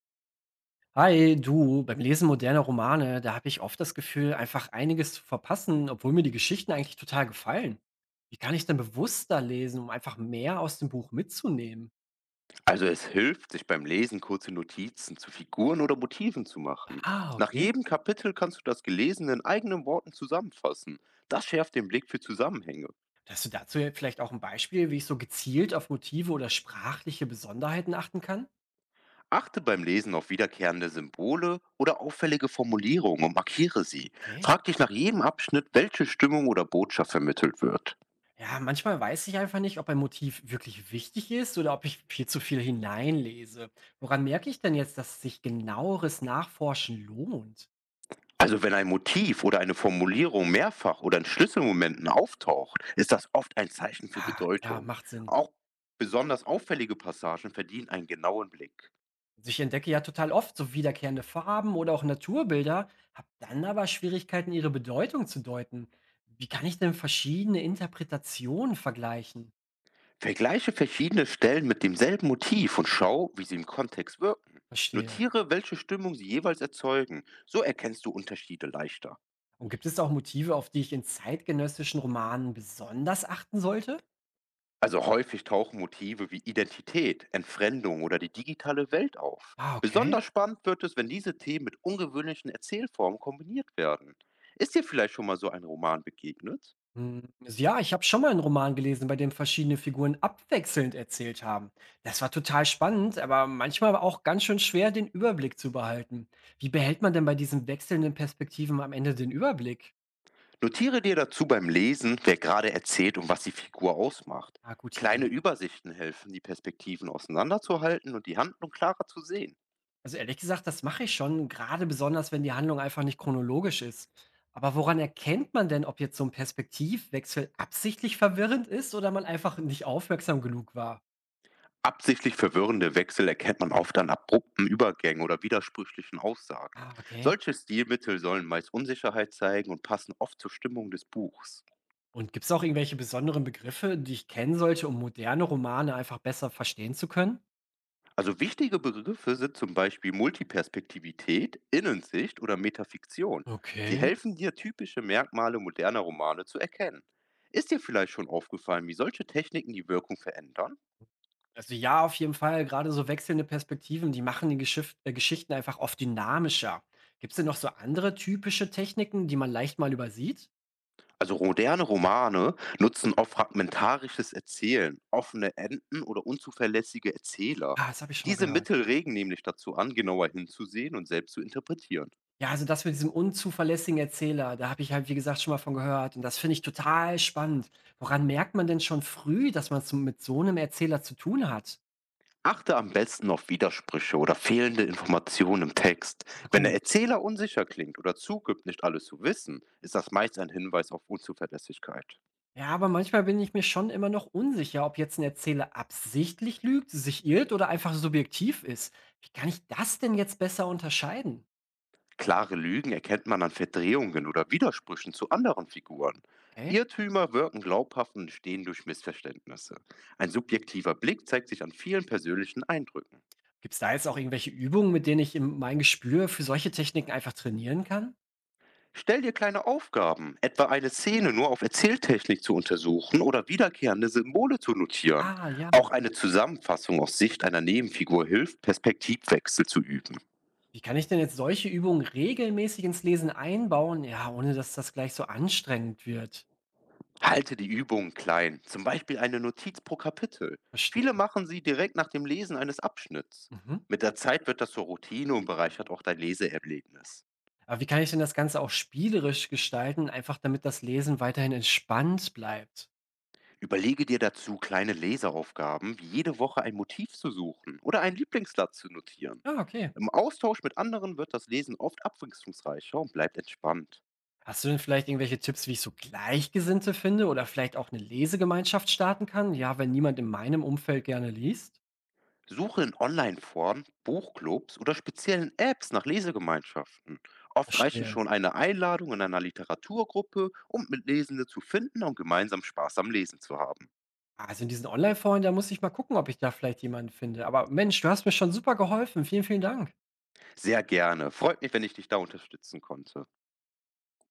Hi, du, beim Lesen moderner Romane, da habe ich oft das Gefühl, einfach einiges zu verpassen, obwohl mir die Geschichten eigentlich total gefallen. Wie kann ich denn bewusster lesen, um einfach mehr aus dem Buch mitzunehmen? Also es hilft, sich beim Lesen kurze Notizen zu Figuren oder Motiven zu machen. Ah, Nach okay. jedem Kapitel kannst du das Gelesene in eigenen Worten zusammenfassen. Das schärft den Blick für Zusammenhänge. Hast du dazu ja vielleicht auch ein Beispiel, wie ich so gezielt auf Motive oder sprachliche Besonderheiten achten kann? Achte beim Lesen auf wiederkehrende Symbole oder auffällige Formulierungen und markiere sie. Okay. Frag dich nach jedem Abschnitt, welche Stimmung oder Botschaft vermittelt wird. Ja, manchmal weiß ich einfach nicht, ob ein Motiv wirklich wichtig ist oder ob ich viel zu viel hineinlese. Woran merke ich denn jetzt, dass sich genaueres Nachforschen lohnt? Also wenn ein Motiv oder eine Formulierung mehrfach oder in Schlüsselmomenten auftaucht, ist das oft ein Zeichen für Ah, ja, Bedeutung. macht Sinn. Auch besonders auffällige Passagen verdienen einen genauen Blick. Ich entdecke ja total oft so wiederkehrende Farben oder auch Naturbilder, habe dann aber Schwierigkeiten, ihre Bedeutung zu deuten. Wie kann ich denn verschiedene Interpretationen vergleichen? Vergleiche verschiedene Stellen mit demselben Motiv und schau, wie sie im Kontext wirken. Verstehe. Notiere, welche Stimmung sie jeweils erzeugen. So erkennst du Unterschiede leichter. Und gibt es auch Motive, auf die ich in zeitgenössischen Romanen besonders achten sollte? Also häufig tauchen Motive wie Identität, Entfremdung oder die digitale Welt auf. Ah, okay. Besonders spannend wird es, wenn diese Themen mit ungewöhnlichen Erzählformen kombiniert werden. Ist dir vielleicht schon mal so ein Roman begegnet? Hm, also ja, ich habe schon mal einen Roman gelesen, bei dem verschiedene Figuren abwechselnd erzählt haben. Das war total spannend, aber manchmal auch ganz schön schwer, den Überblick zu behalten. Wie behält man denn bei diesen wechselnden Perspektiven am Ende den Überblick? Notiere dir dazu beim Lesen, wer gerade erzählt und was die Figur ausmacht. Ah, gute Kleine Idee. Übersichten helfen, die Perspektiven auseinanderzuhalten und die Handlung klarer zu sehen. Also, ehrlich gesagt, das mache ich schon, gerade besonders, wenn die Handlung einfach nicht chronologisch ist. Aber woran erkennt man denn, ob jetzt so ein Perspektivwechsel absichtlich verwirrend ist oder man einfach nicht aufmerksam genug war? Absichtlich verwirrende Wechsel erkennt man oft an abrupten Übergängen oder widersprüchlichen Aussagen. Ah, okay. Solche Stilmittel sollen meist Unsicherheit zeigen und passen oft zur Stimmung des Buchs. Und gibt's auch irgendwelche besonderen Begriffe, die ich kennen sollte, um moderne Romane einfach besser verstehen zu können? Also wichtige Begriffe sind zum Beispiel Multiperspektivität, Innensicht oder Metafiktion. Sie Okay. helfen dir, typische Merkmale moderner Romane zu erkennen. Ist dir vielleicht schon aufgefallen, wie solche Techniken die Wirkung verändern? Also, ja, auf jeden Fall, gerade so wechselnde Perspektiven, die machen die Geschif Geschichten einfach oft dynamischer. Gibt's denn noch so andere typische Techniken, die man leicht mal übersieht? Also moderne Romane nutzen oft fragmentarisches Erzählen, offene Enden oder unzuverlässige Erzähler. Ah, das habe ich schon mal Diese gehört. Mittel regen nämlich dazu an, genauer hinzusehen und selbst zu interpretieren. Ja, also das mit diesem unzuverlässigen Erzähler, da habe ich halt, wie gesagt, schon mal von gehört und das finde ich total spannend. Woran merkt man denn schon früh, dass man es mit so einem Erzähler zu tun hat? Achte am besten auf Widersprüche oder fehlende Informationen im Text. Ah, Wenn der gut. Erzähler unsicher klingt oder zugibt, nicht alles zu wissen, ist das meist ein Hinweis auf Unzuverlässigkeit. Ja, aber manchmal bin ich mir schon immer noch unsicher, ob jetzt ein Erzähler absichtlich lügt, sich irrt oder einfach subjektiv ist. Wie kann ich das denn jetzt besser unterscheiden? Klare Lügen erkennt man an Verdrehungen oder Widersprüchen zu anderen Figuren. Okay. Irrtümer wirken glaubhaft und entstehen durch Missverständnisse. Ein subjektiver Blick zeigt sich an vielen persönlichen Eindrücken. Gibt es da jetzt auch irgendwelche Übungen, mit denen ich im mein Gespür für solche Techniken einfach trainieren kann? Stell dir kleine Aufgaben, etwa eine Szene nur auf Erzähltechnik zu untersuchen oder wiederkehrende Symbole zu notieren. Ah, ja. Auch eine Zusammenfassung aus Sicht einer Nebenfigur hilft, Perspektivwechsel zu üben. Wie kann ich denn jetzt solche Übungen regelmäßig ins Lesen einbauen, ja, ohne dass das gleich so anstrengend wird? Halte die Übungen klein, zum Beispiel eine Notiz pro Kapitel. Viele Verstehe. machen sie direkt nach dem Lesen eines Abschnitts. Mhm. Mit der Zeit wird das zur Routine und bereichert auch dein Leseerlebnis. Aber wie kann ich denn das Ganze auch spielerisch gestalten, einfach damit das Lesen weiterhin entspannt bleibt? Überlege dir dazu kleine Leseaufgaben, wie jede Woche ein Motiv zu suchen oder einen Lieblingsblatt zu notieren. Ja, okay. Im Austausch mit anderen wird das Lesen oft abwechslungsreicher und bleibt entspannt. Hast du denn vielleicht irgendwelche Tipps, wie ich so Gleichgesinnte finde oder vielleicht auch eine Lesegemeinschaft starten kann? Ja, wenn niemand in meinem Umfeld gerne liest? Suche in Online-Foren, Buchclubs oder speziellen Apps nach Lesegemeinschaften. Oft reichen Verstehe. schon eine Einladung in einer Literaturgruppe, um Mitlesende zu finden und gemeinsam Spaß am Lesen zu haben. Ah, also in diesen Online-Foren, da muss ich mal gucken, ob ich da vielleicht jemanden finde. Aber Mensch, du hast mir schon super geholfen. Vielen, vielen Dank. Sehr gerne. Freut mich, wenn ich dich da unterstützen konnte.